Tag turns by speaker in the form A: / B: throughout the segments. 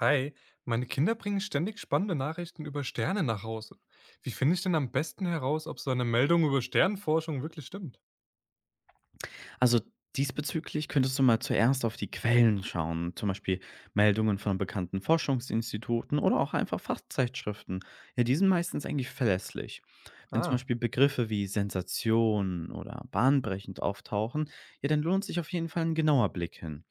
A: Hi, meine Kinder bringen ständig spannende Nachrichten über Sterne nach Hause. Wie finde ich denn am besten heraus, ob so eine Meldung über Sternenforschung wirklich stimmt?
B: Also diesbezüglich könntest du mal zuerst auf die Quellen schauen, zum Beispiel Meldungen von bekannten Forschungsinstituten oder auch einfach Fachzeitschriften. Ja, die sind meistens eigentlich verlässlich. Wenn zum
A: Ah,
B: Beispiel Begriffe wie Sensation oder bahnbrechend auftauchen, ja, dann lohnt sich auf jeden Fall ein genauer Blick hin.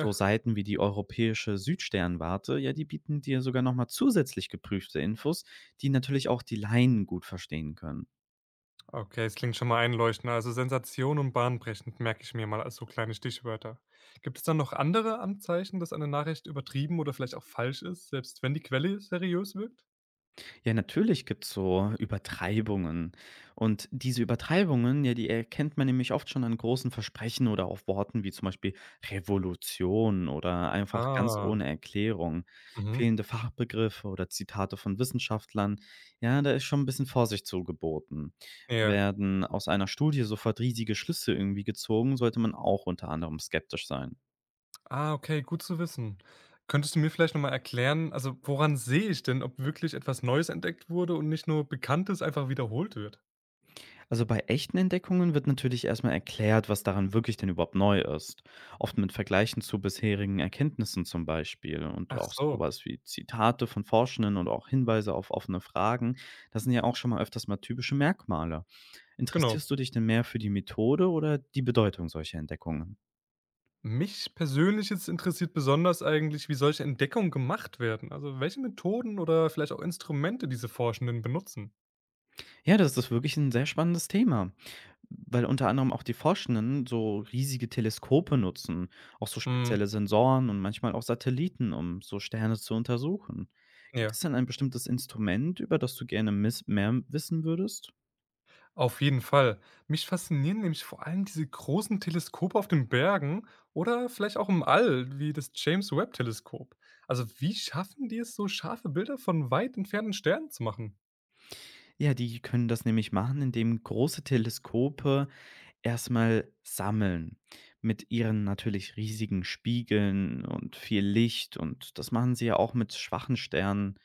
B: So Seiten wie die europäische Südsternwarte, ja, die bieten dir sogar nochmal zusätzlich geprüfte Infos, die natürlich auch die Laien gut verstehen können.
A: Okay, es klingt schon mal einleuchtend. Also Sensation und bahnbrechend merke ich mir mal als so kleine Stichwörter. Gibt es dann noch andere Anzeichen, dass eine Nachricht übertrieben oder vielleicht auch falsch ist, selbst wenn die Quelle seriös wirkt?
B: Ja, natürlich gibt's so Übertreibungen. Und diese Übertreibungen, ja, die erkennt man nämlich oft schon an großen Versprechen oder auch Worten wie zum Beispiel Revolution oder einfach ganz
A: Ah,
B: ohne Erklärung.
A: mhm.
B: Fehlende Fachbegriffe oder Zitate von Wissenschaftlern, ja, da ist schon ein bisschen Vorsicht so geboten.
A: Ja.
B: Werden aus einer Studie sofort riesige Schlüsse irgendwie gezogen, sollte man auch unter anderem skeptisch sein.
A: Ah, okay, gut zu wissen. Könntest du mir vielleicht noch mal erklären, also woran sehe ich denn, ob wirklich etwas Neues entdeckt wurde und nicht nur Bekanntes einfach wiederholt wird?
B: Also bei echten Entdeckungen wird natürlich erstmal erklärt, was daran wirklich denn überhaupt neu ist. Oft mit Vergleichen zu bisherigen Erkenntnissen zum Beispiel und
A: Ach
B: auch
A: so,
B: sowas wie Zitate von Forschenden und auch Hinweise auf offene Fragen. Das sind ja auch schon mal öfters mal typische Merkmale. Interessierst
A: genau.
B: du dich denn mehr für die Methode oder die Bedeutung solcher Entdeckungen?
A: Mich persönlich jetzt interessiert besonders eigentlich, wie solche Entdeckungen gemacht werden. Also welche Methoden oder vielleicht auch Instrumente diese Forschenden benutzen.
B: Ja, das ist wirklich ein sehr spannendes Thema, weil unter anderem auch die Forschenden so riesige Teleskope nutzen, auch so
A: Hm,
B: spezielle Sensoren und manchmal auch Satelliten, um so Sterne zu untersuchen. Gibt
A: ja.
B: es denn ein bestimmtes Instrument, über das du gerne miss mehr wissen würdest?
A: Auf jeden Fall. Mich faszinieren nämlich vor allem diese großen Teleskope auf den Bergen oder vielleicht auch im All, wie das James Webb Teleskop. Also wie schaffen die es, so scharfe Bilder von weit entfernten Sternen zu machen?
B: Ja, die können das nämlich machen, indem große Teleskope erstmal sammeln mit ihren natürlich riesigen Spiegeln und viel Licht und das machen sie ja auch mit schwachen Sternen.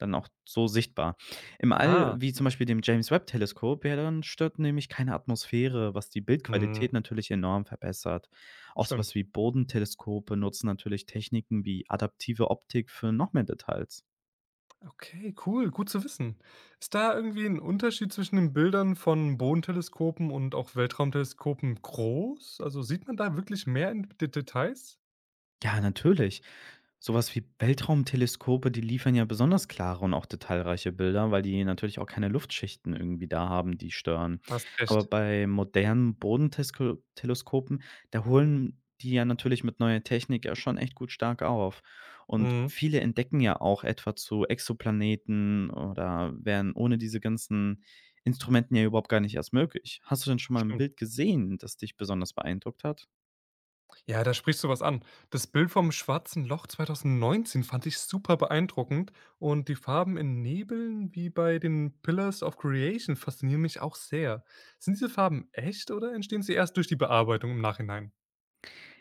B: Dann auch so sichtbar. Im All,
A: Ah,
B: wie zum Beispiel dem James-Webb-Teleskop, ja, dann stört nämlich keine Atmosphäre, was die Bildqualität
A: hm,
B: natürlich enorm verbessert. Auch so
A: stimmt.
B: was wie Bodenteleskope nutzen natürlich Techniken wie adaptive Optik für noch mehr Details.
A: Okay, cool, gut zu wissen. Ist da irgendwie ein Unterschied zwischen den Bildern von Bodenteleskopen und auch Weltraumteleskopen groß? Also sieht man da wirklich mehr in die Details?
B: Ja, natürlich. Sowas wie Weltraumteleskope, die liefern ja besonders klare und auch detailreiche Bilder, weil die natürlich auch keine Luftschichten irgendwie da haben, die stören.
A: Hast
B: Aber
A: recht.
B: bei modernen Bodenteleskopen, da holen die ja natürlich mit neuer Technik ja schon echt gut stark auf. Und
A: Mhm,
B: viele entdecken ja auch etwa zu Exoplaneten oder wären ohne diese ganzen Instrumenten ja überhaupt gar nicht erst möglich. Hast du denn schon mal ein
A: stimmt.
B: Bild gesehen, das dich besonders beeindruckt hat?
A: Ja, da sprichst du was an. Das Bild vom Schwarzen Loch 2019 fand ich super beeindruckend und die Farben in Nebeln wie bei den Pillars of Creation faszinieren mich auch sehr. Sind diese Farben echt oder entstehen sie erst durch die Bearbeitung im Nachhinein?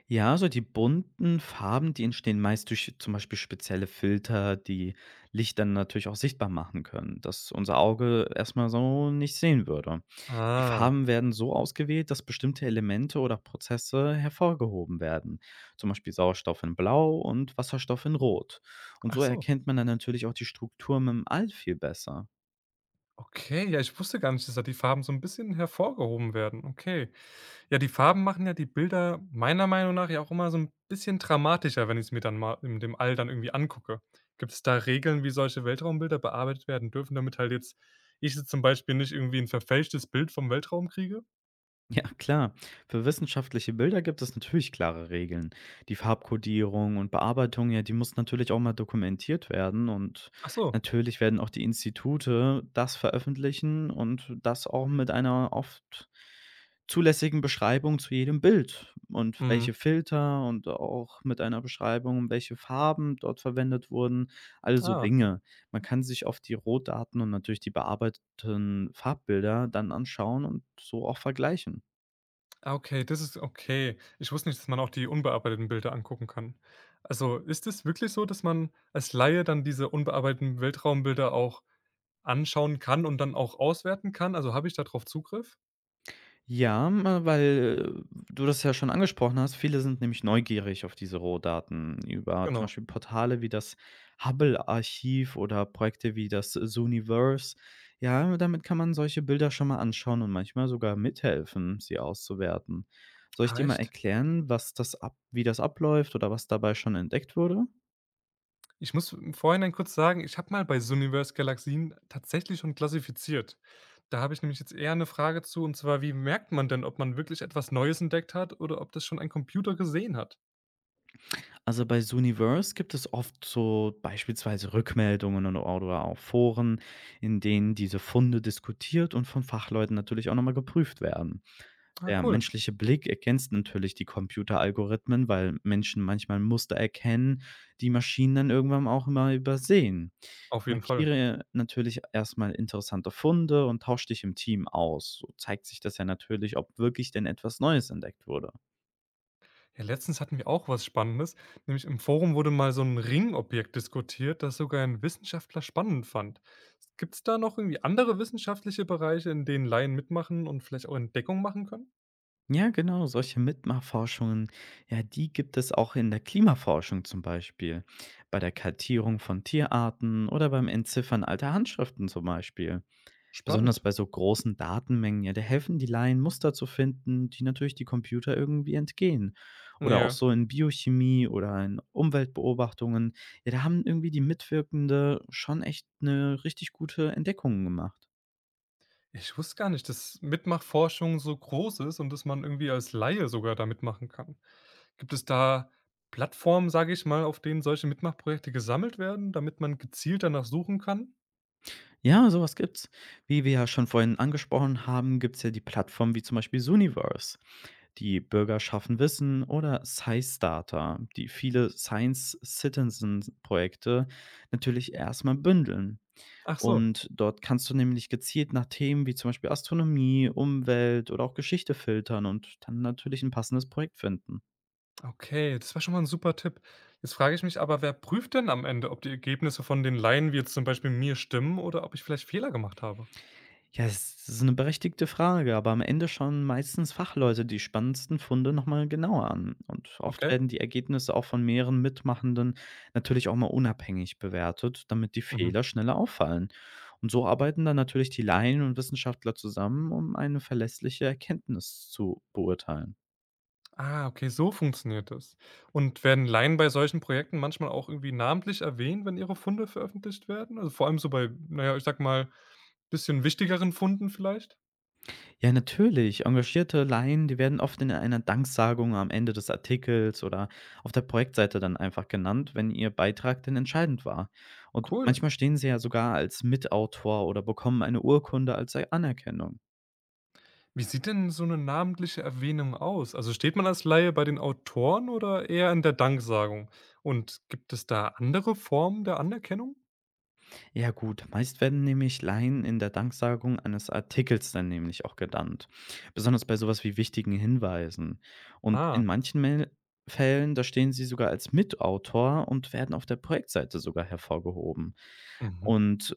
B: Ja, so die bunten Farben, die entstehen meist durch zum Beispiel spezielle Filter, die Licht dann natürlich auch sichtbar machen können, dass unser Auge erst mal so nicht sehen würde. Die
A: Ah,
B: Farben werden so ausgewählt, dass bestimmte Elemente oder Prozesse hervorgehoben werden. Zum Beispiel Sauerstoff in Blau und Wasserstoff in Rot. Und
A: ach
B: so
A: so.
B: erkennt man dann natürlich auch die Struktur mit dem All viel besser.
A: Okay, ja, ich wusste gar nicht, dass da die Farben so ein bisschen hervorgehoben werden. Okay. Ja, die Farben machen ja die Bilder meiner Meinung nach ja auch immer so 'n bisschen dramatischer, wenn ich's mir dann mal in dem All dann irgendwie angucke. Gibt's da Regeln, wie solche Weltraumbilder bearbeitet werden dürfen, damit halt jetzt ich jetzt zum Beispiel nicht irgendwie 'n verfälschtes Bild vom Weltraum kriege?
B: Ja, klar. Für wissenschaftliche Bilder gibt es natürlich klare Regeln. Die Farbkodierung und Bearbeitung, ja, die muss natürlich auch mal dokumentiert werden und
A: Ach so.
B: natürlich werden auch die Institute das veröffentlichen und das auch mit einer oft zulässigen Beschreibung zu jedem Bild und
A: Mhm.
B: welche Filter und auch mit einer Beschreibung, welche Farben dort verwendet wurden, all so
A: Ah.
B: Dinge. Man kann sich auf die Rohdaten und natürlich die bearbeiteten Farbbilder dann anschauen und so auch vergleichen.
A: Ah, okay, das ist okay. Ich wusste nicht, dass man auch die unbearbeiteten Bilder angucken kann. Also, ist es wirklich so, dass man als Laie dann diese unbearbeiteten Weltraumbilder auch anschauen kann und dann auch auswerten kann? Also, habe ich da drauf Zugriff?
B: Ja, ma weil, du das ja schon angesprochen hast, viele sind nämlich neugierig auf diese Rohdaten über zum
A: Genau.
B: Beispiel Portale wie das Hubble-Archiv oder Projekte wie das Zooniverse. Ja, damit kann man solche Bilder schon mal anschauen und manchmal sogar mithelfen, sie auszuwerten. Soll ich
A: Ah,
B: dir mal
A: echt?
B: erklären, was das ab wie das abläuft oder was dabei schon entdeckt wurde?
A: Ich muss im Vorhinein kurz sagen, ich habe mal bei Suniverse Galaxien tatsächlich schon klassifiziert. Da habe ich nämlich jetzt eher 'ne Frage zu, und zwar: Wie merkt man denn, ob man wirklich etwas Neues entdeckt hat oder ob das schon ein Computer gesehen hat?
B: Also bei Zooniverse gibt es oft so beispielsweise Rückmeldungen und oder auch Foren, in denen diese Funde diskutiert und von Fachleuten natürlich auch nochmal geprüft werden.
A: Ah,
B: Der
A: cool.
B: menschliche Blick ergänzt natürlich die Computeralgorithmen, weil Menschen manchmal Muster erkennen, die Maschinen dann irgendwann auch immer übersehen.
A: Auf jeden Fall.
B: Markiere natürlich erstmal interessante Funde und tausche dich im Team aus. So zeigt sich das ja natürlich, ob wirklich denn etwas Neues entdeckt wurde.
A: Ja, letztens hatten wir auch was Spannendes, nämlich im Forum wurde mal so 'n Ringobjekt diskutiert, das sogar ein Wissenschaftler spannend fand. Gibt's da noch irgendwie andere wissenschaftliche Bereiche, in denen Laien mitmachen und vielleicht auch Entdeckungen machen können?
B: Ja, genau, solche Mitmachforschungen, ja, die gibt es auch in der Klimaforschung zum Beispiel, bei der Kartierung von Tierarten oder beim Entziffern alter Handschriften zum Beispiel. Besonders
A: Spannend.
B: bei so großen Datenmengen, ja, da helfen die Laien Muster zu finden, die natürlich die Computer irgendwie entgehen. Oder auch
A: Ja.
B: so in Biochemie oder in Umweltbeobachtungen, ja, da haben irgendwie die Mitwirkende schon echt eine richtig gute Entdeckung gemacht.
A: Ich wusste gar nicht, dass Mitmachforschung so groß ist und dass man irgendwie als Laie sogar da mitmachen kann. Gibt es da Plattformen, sage ich mal, auf denen solche Mitmachprojekte gesammelt werden, damit man gezielt danach suchen kann?
B: Ja, sowas gibt's. Wie wir ja schon vorhin angesprochen haben, gibt's ja die Plattformen wie zum Beispiel Zooniverse, die Bürger schaffen Wissen oder SciStarter, die viele Science-Citizen-Projekte natürlich erstmal bündeln.
A: Ach so,
B: Und dort kannst du nämlich gezielt nach Themen wie zum Beispiel Astronomie, Umwelt oder auch Geschichte filtern und dann natürlich ein passendes Projekt finden.
A: okay, das war schon mal 'n super Tipp. Jetzt frage ich mich aber, wer prüft denn am Ende, ob die Ergebnisse von den Laien, wie jetzt zum Beispiel mir, stimmen oder ob ich vielleicht Fehler gemacht habe?
B: Ja, es ist eine berechtigte Frage, aber am Ende schauen meistens Fachleute die spannendsten Funde noch mal genauer an. Und oft
A: Okay.
B: werden die Ergebnisse auch von mehreren Mitmachenden natürlich auch mal unabhängig bewertet, damit die
A: Mhm.
B: Fehler schneller auffallen. Und so arbeiten dann natürlich die Laien und Wissenschaftler zusammen, um eine verlässliche Erkenntnis zu beurteilen.
A: Ah, okay, so funktioniert das. Und werden Laien bei solchen Projekten manchmal auch irgendwie namentlich erwähnt, wenn ihre Funde veröffentlicht werden? Also vor allem so bei, naja, ich sage mal, bisschen wichtigeren Funden vielleicht?
B: Ja, natürlich. Engagierte Laien, die werden oft in einer Danksagung am Ende des Artikels oder auf der Projektseite dann einfach genannt, wenn ihr Beitrag denn entscheidend war. Und
A: Cool.
B: manchmal stehen sie ja sogar als Mitautor oder bekommen eine Urkunde als Anerkennung.
A: Wie sieht denn so eine namentliche Erwähnung aus? Also, steht man als Laie bei den Autoren oder eher in der Danksagung? Und gibt es da andere Formen der Anerkennung?
B: Ja gut, meist werden nämlich Laien in der Danksagung eines Artikels dann nämlich auch genannt, besonders bei sowas wie wichtigen Hinweisen. Und in
A: Ah,
B: manchen Mel Fällen, da stehen sie sogar als Mitautor und werden auf der Projektseite sogar hervorgehoben.
A: mhm.
B: Und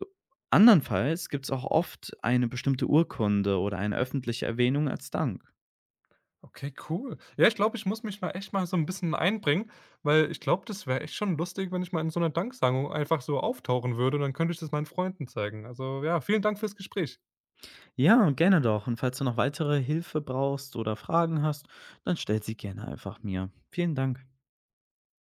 B: andernfalls gibt's auch oft eine bestimmte Urkunde oder eine öffentliche Erwähnung als Dank.
A: Okay, cool. Ja, ich glaube, ich muss mich mal echt mal so ein bisschen einbringen, weil ich glaube, das wäre echt schon lustig, wenn ich mal in so einer Danksagung einfach so auftauchen würde und dann könnte ich das meinen Freunden zeigen. Also, ja, vielen Dank fürs Gespräch.
B: Ja, gerne doch. Und falls du noch weitere Hilfe brauchst oder Fragen hast, dann stell sie gerne einfach mir. Vielen Dank.